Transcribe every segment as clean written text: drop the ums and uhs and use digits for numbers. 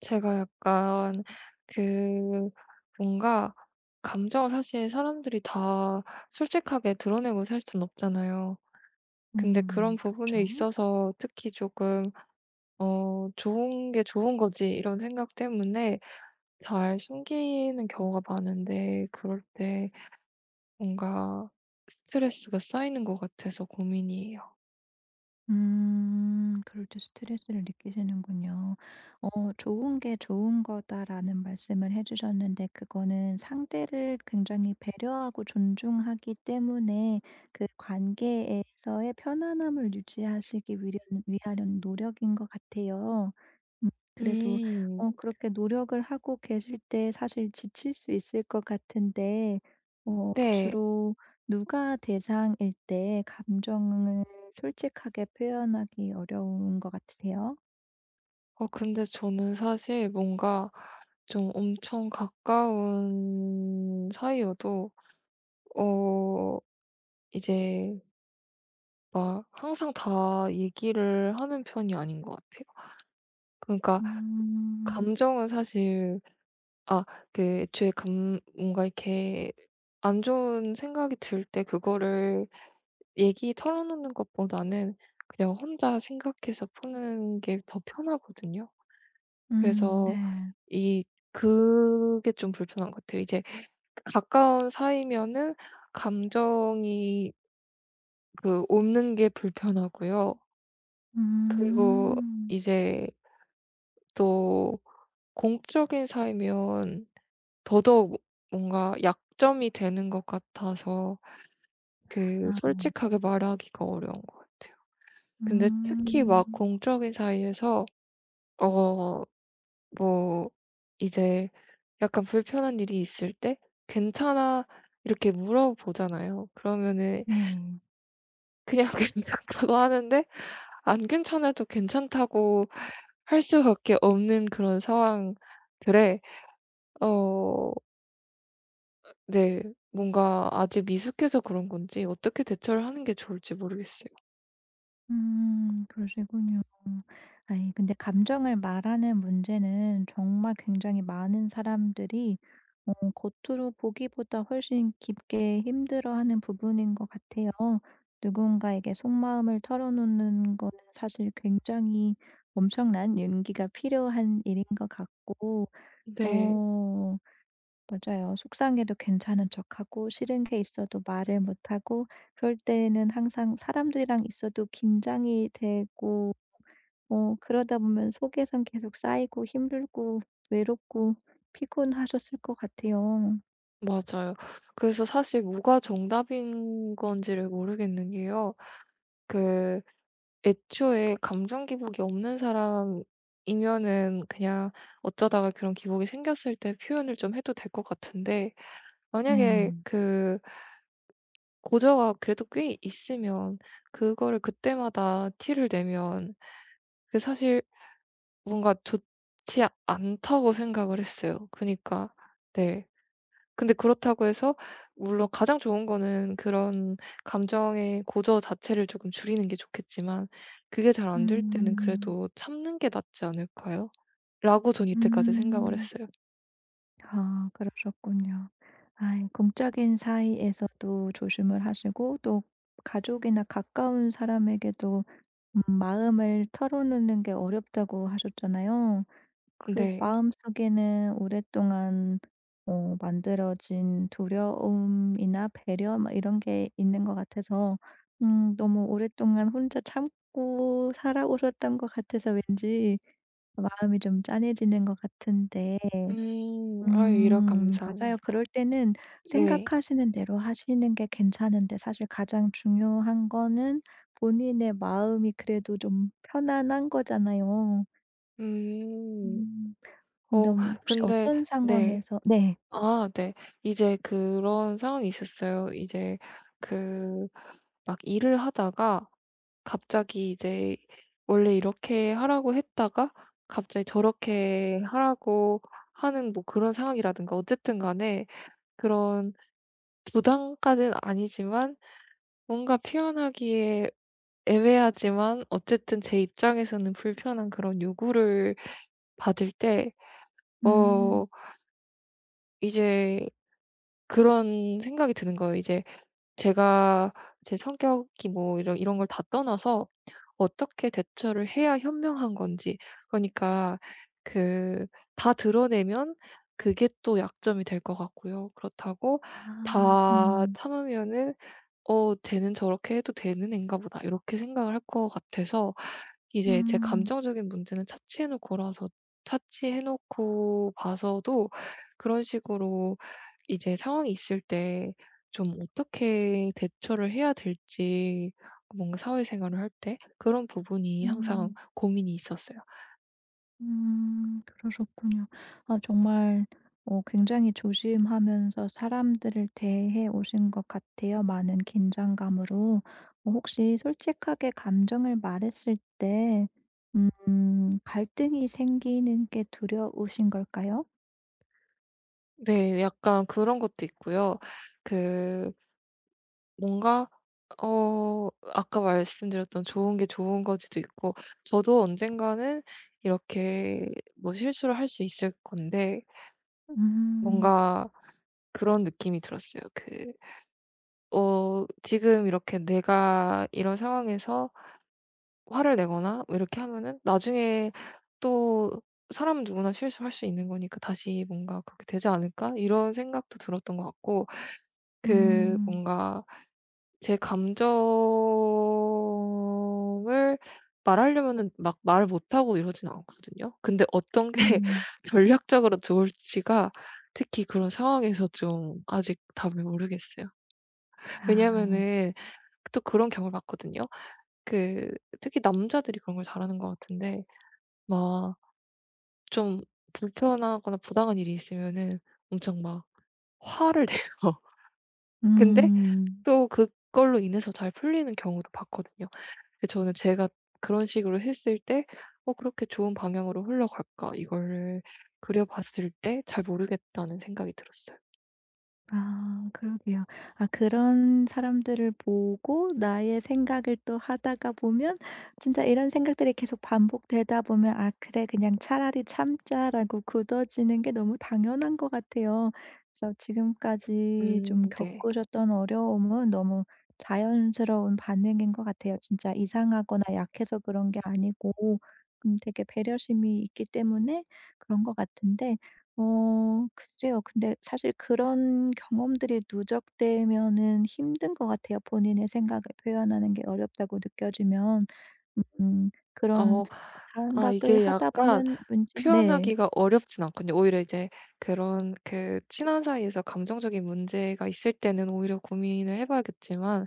제가 약간 그 뭔가 감정을 사실 사람들이 다 솔직하게 드러내고 살 순 없잖아요. 근데 음 그런 부분에 그쵸. 있어서 특히 조금 '좋은 게 좋은 거지.' 이런 생각 때문에 잘 숨기는 경우가 많은데 그럴 때 뭔가 스트레스가 쌓이는 것 같아서 고민이에요. 그럴 때 스트레스를 느끼시는군요. "좋은 게 좋은 거다."라는 말씀을 해 주셨는데 그거는 상대를 굉장히 배려하고 존중하기 때문에 그 관계에서의 편안함을 유지하시기 위련 위하려는 노력인 것 같아요. 그래도 음. 그렇게 노력을 하고 계실 때 사실 지칠 수 있을 것 같은데 네. 주로 누가 대상일 때 감정을 솔직하게 표현하기 어려운 것 같으세요? 근데 저는 사실 뭔가 좀 엄청 가까운 사이여도 어 이제 막 항상 다 얘기를 하는 편이 아닌 것 같아요. 그러니까 음. 감정은 사실 아 그 애초에 감 뭔가 이렇게 안 좋은 생각이 들 때 그거를 얘기 털어놓는 것보다는 그냥 혼자 생각해서 푸는 게 더 편하거든요. 음. 그래서 네. 이 그게 좀 불편한 것 같아요. 이제 가까운 사이면은 감정이 그 없는 게 불편하고요. 그리고 음. 이제 또 공적인 사이면 더더욱 뭔가 약점이 되는 것 같아서 그 아. 솔직하게 말하기가 어려운 것 같아요. 근데 특히 음. 막 공적인 사이에서 어 뭐 이제 약간 불편한 일이 있을 때 "괜찮아?" 이렇게 물어보잖아요. 그러면은 네. 그냥 괜찮다고 하는데 안 괜찮아도 괜찮다고 할 수밖에 없는 그런 상황들에, 어 네, 뭔가 아직 미숙해서 그런 건지 어떻게 대처를 하는 게 좋을지 모르겠어요. 그러시군요. 아이 근데 감정을 말하는 문제는 정말 굉장히 많은 사람들이 겉으로 보기보다 훨씬 깊게 힘들어하는 부분인 것 같아요. 누군가에게 속마음을 털어놓는 거는 사실 굉장히 엄청난 용기가 필요한 일인 것 같고. 네. 어 맞아요. 속상해도 괜찮은 척하고 싫은 게 있어도 말을 못하고 그럴 때는 항상 사람들이랑 있어도 긴장이 되고 그러다 보면 속에선 계속 쌓이고 힘들고 외롭고 피곤하셨을 것 같아요. 맞아요. 그래서 사실 뭐가 정답인 건지를 모르겠는 게요. 그 애초에 감정 기복이 없는 사람이면은 그냥 어쩌다가 그런 기복이 생겼을 때 표현을 좀 해도 될 것 같은데, 만약에 네. 그 고저가 그래도 꽤 있으면 그거를 그때마다 티를 내면 그게 사실 뭔가 좋지 않다고 생각을 했어요. 그니까 러 네. 근데 그렇다고 해서, 물론 가장 좋은 거는 그런 감정의 고저 자체를 조금 줄이는 게 좋겠지만, 그게 잘 안 될 때는 음. 그래도 '참는 게 낫지 않을까요?' 라고 전 이때까지 생각을 음. 했어요. 아 그러셨군요. 아 공적인 사이에서도 조심을 하시고 또 가족이나 가까운 사람에게도 마음을 털어놓는 게 어렵다고 하셨잖아요. 그 네. 마음속에는 오랫동안 만들어진 두려움이나 배려 막 이런 게 있는 것 같아서 너무 오랫동안 혼자 참고 살아오셨던 것 같아서 왠지 마음이 좀 짠해지는 것 같은데. 음. 아유, 위로 맞아요. 감사합니다. 그럴 때는 네. 생각하시는 대로 하시는 게 괜찮은데 사실 가장 중요한 거는 본인의 마음이 그래도 좀 편안한 거잖아요. 음. 음. 어 그럼 혹시 근데 어떤 네. 상황에서. 네. 아 네. 이제 그런 상황이 있었어요. 이제 그 막 일을 하다가 갑자기 이제 원래 이렇게 하라고 했다가 갑자기 저렇게 하라고 하는, 뭐 그런 상황이라든가 어쨌든 간에, 그런 부담까지는 아니지만 뭔가 표현하기에 애매하지만 어쨌든 제 입장에서는 불편한 그런 요구를 받을 때 음. 어 이제 그런 생각이 드는 거예요. 이제 제가, 제 성격이 뭐 이런 이런 걸 다 떠나서 어떻게 대처를 해야 현명한 건지. 그러니까 그 다 드러내면 그게 또 약점이 될 것 같고요. 그렇다고 아. 다 음. 참으면은 '어 쟤는 저렇게 해도 되는 앤가 보다.' 이렇게 생각을 할 것 같아서, 이제 제 음. 감정적인 문제는 차치해 놓고 봐서도 그런 식으로 이제 상황이 있을 때 좀 어떻게 대처를 해야 될지, 뭔가 사회생활을 할 때 그런 부분이 항상 음. 고민이 있었어요. 그러셨군요. 아 정말 굉장히 조심하면서 사람들을 대해 오신 것 같아요, 많은 긴장감으로. 혹시 솔직하게 감정을 말했을 때 갈등이 생기는 게 두려우신 걸까요? 네. 약간 그런 것도 있고요. 그 뭔가 아까 말씀드렸던 좋은 게 좋은 거지도 있고, 저도 언젠가는 이렇게 뭐 실수를 할 수 있을 건데, 음. 뭔가 그런 느낌이 들었어요. 그 지금 이렇게 내가 이런 상황에서 화를 내거나 뭐 이렇게 하면은 나중에 또 '사람 누구나 실수할 수 있는 거니까 다시 뭔가 그렇게 되지 않을까?' 이런 생각도 들었던 것 같고, 그 음. 뭔가 제 감정을 말하려면은 막 말 못하고 이러진 않거든요. 근데 어떤 게 음. 전략적으로 좋을지가 특히 그런 상황에서 좀 아직 답을 모르겠어요. 아. 왜냐면은 또 그런 경험을 봤거든요. 그 특히 남자들이 그런 걸 잘하는 것 같은데, 막 좀 불편하거나 부당한 일이 있으면은 엄청 막 화를 내요. 근데 음. 또 그걸로 인해서 잘 풀리는 경우도 봤거든요. 근데 저는 제가 그런 식으로 했을 때 '어 그렇게 좋은 방향으로 흘러갈까?' 이거를 그려 봤을 때 '잘 모르겠다.'는 생각이 들었어요. 아 그러게요. 아 그런 사람들을 보고 나의 생각을 또 하다가 보면 진짜 이런 생각들이 계속 반복되다 보면 '아 그래 그냥 차라리 참자.'라고 굳어지는 게 너무 당연한 것 같아요. 그래서 지금까지 좀 음. 네. 겪으셨던 어려움은 너무 자연스러운 반응인 것 같아요. 진짜 이상하거나 약해서 그런 게 아니고 되게 배려심이 있기 때문에 그런 것 같은데. 글쎄요. 근데 사실 그런 경험들이 누적되면은 힘든 것 같아요. 본인의 생각을 표현하는 게 어렵다고 느껴지면 그런 어 생각을 이게 하다 약간 보면 왠지. 네. 표현하기가 어렵진 않거든요. 오히려 이제 그런 그 친한 사이에서 감정적인 문제가 있을 때는 오히려 고민을 해 봐야겠지만,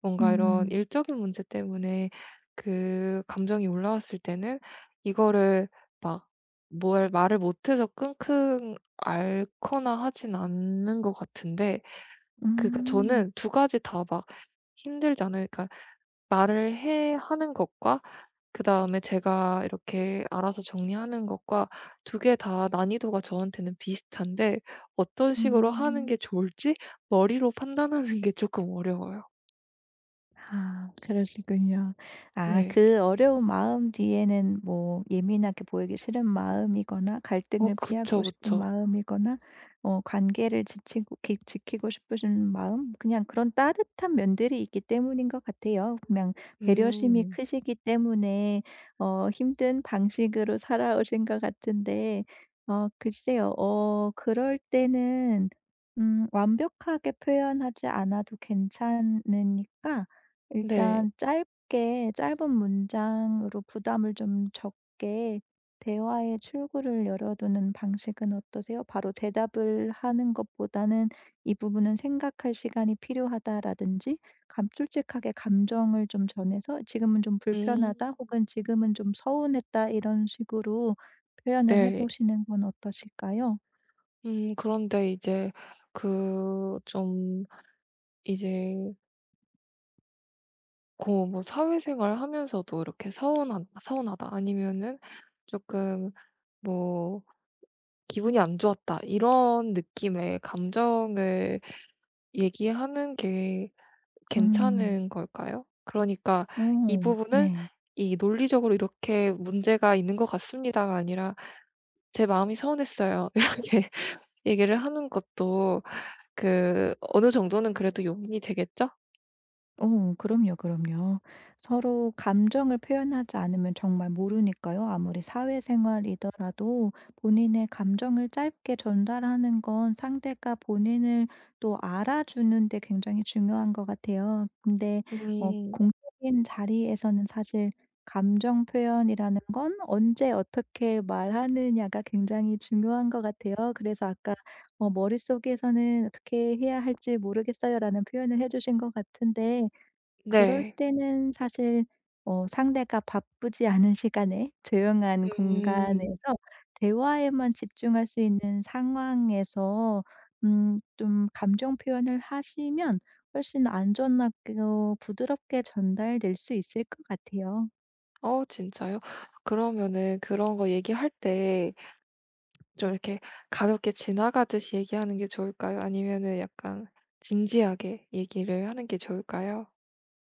뭔가 이런 음. 일적인 문제 때문에 그 감정이 올라왔을 때는 이거를 막 뭘 말을 못해서 끙끙 앓거나 하진 않는 것 같은데, 그니까 음. 저는 두 가지 다 막 힘들잖아요. 그러니까 말을 해 하는 것과 그다음에 제가 이렇게 알아서 정리하는 것과, 두 개 다 난이도가 저한테는 비슷한데 어떤 식으로 하는 음. 게 좋을지 머리로 판단하는 게 조금 어려워요. 아 그러시군요. 아 네. 그 어려운 마음 뒤에는 뭐 예민하게 보이기 싫은 마음이거나 갈등을 피하고 그쵸, 싶은 그쵸. 마음이거나 관계를 지치고 기 지키고 싶으신 마음 그냥 그런 따뜻한 면들이 있기 때문인 것 같아요. 그냥 배려심이 음. 크시기 때문에 힘든 방식으로 살아오신 것 같은데. 글쎄요. 그럴 때는 완벽하게 표현하지 않아도 괜찮으니까 네. 일단 짧게 짧은 문장으로 부담을 좀 적게 대화의 출구를 열어두는 방식은 어떠세요? 바로 대답을 하는 것보다는 "이 부분은 생각할 시간이 필요하다."라든지 감 솔직하게 감정을 좀 전해서 "지금은 좀 음. 불편하다." 혹은 "지금은 좀 서운했다." 이런 식으로 표현을 해 네. 보시는 건 어떠실까요? 음, 그런데 이제 그 좀 이제 고뭐 사회생활 하면서도 이렇게 서운한 '서운하다.' 아니면은 조금 뭐 '기분이 안 좋았다.' 이런 느낌의 감정을 얘기하는 게 음. 괜찮은 걸까요? 그러니까 이 어. 부분은 네. 이 논리적으로 이렇게 문제가 있는 것 같습니다가 아니라 "제 마음이 서운했어요." 이렇게. 얘기를 하는 것도 그 어느 정도는 그래도 용인이 되겠죠? 어 그럼요, 그럼요. 서로 감정을 표현하지 않으면 정말 모르니까요. 아무리 사회생활이더라도 본인의 감정을 짧게 전달하는 건 상대가 본인을 또 알아주는 데 굉장히 중요한 것 같아요. 근데 음. 공적인 자리에서는 사실 감정 표현이라는 건 언제 어떻게 말하느냐가 굉장히 중요한 것 같아요. 그래서 아까 "머릿속에서는 어떻게 해야 할지 모르겠어요."라는 표현을 해 주신 것 같은데 그럴 네. 때는 사실 상대가 바쁘지 않은 시간에 조용한 공간에서 음. 대화에만 집중할 수 있는 상황에서 좀 감정 표현을 하시면 훨씬 안전하고 부드럽게 전달될 수 있을 것 같아요. 진짜요? 그러면은 그런 거 얘기할 때 좀 이렇게 가볍게 지나가듯이 얘기하는 게 좋을까요? 아니면은 약간 진지하게 얘기를 하는 게 좋을까요?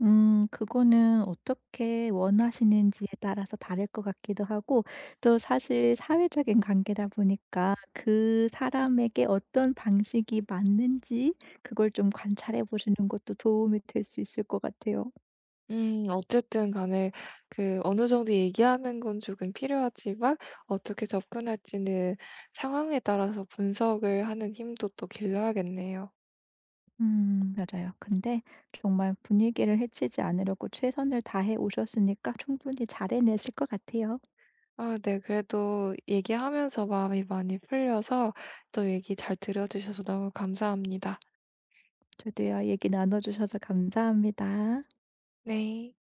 그거는 어떻게 원하시는지에 따라서 다를 것 같기도 하고 또 사실 사회적인 관계다 보니까 그 사람에게 어떤 방식이 맞는지 그걸 좀 관찰해 보시는 것도 도움이 될 수 있을 것 같아요. 음, 어쨌든 간에 그 어느 정도 얘기하는 건 조금 필요하지만, 어떻게 접근할지는 상황에 따라서 분석을 하는 힘도 또 길러야겠네요. 맞아요. 근데 정말 분위기를 해치지 않으려고 최선을 다해 오셨으니까 충분히 잘 해내실 것 같아요. 아, 네. 그래도 얘기하면서 마음이 많이 풀려서, 또 얘기 잘 들어 주셔서 너무 감사합니다. 저도요 얘기 나눠 주셔서 감사합니다. 네.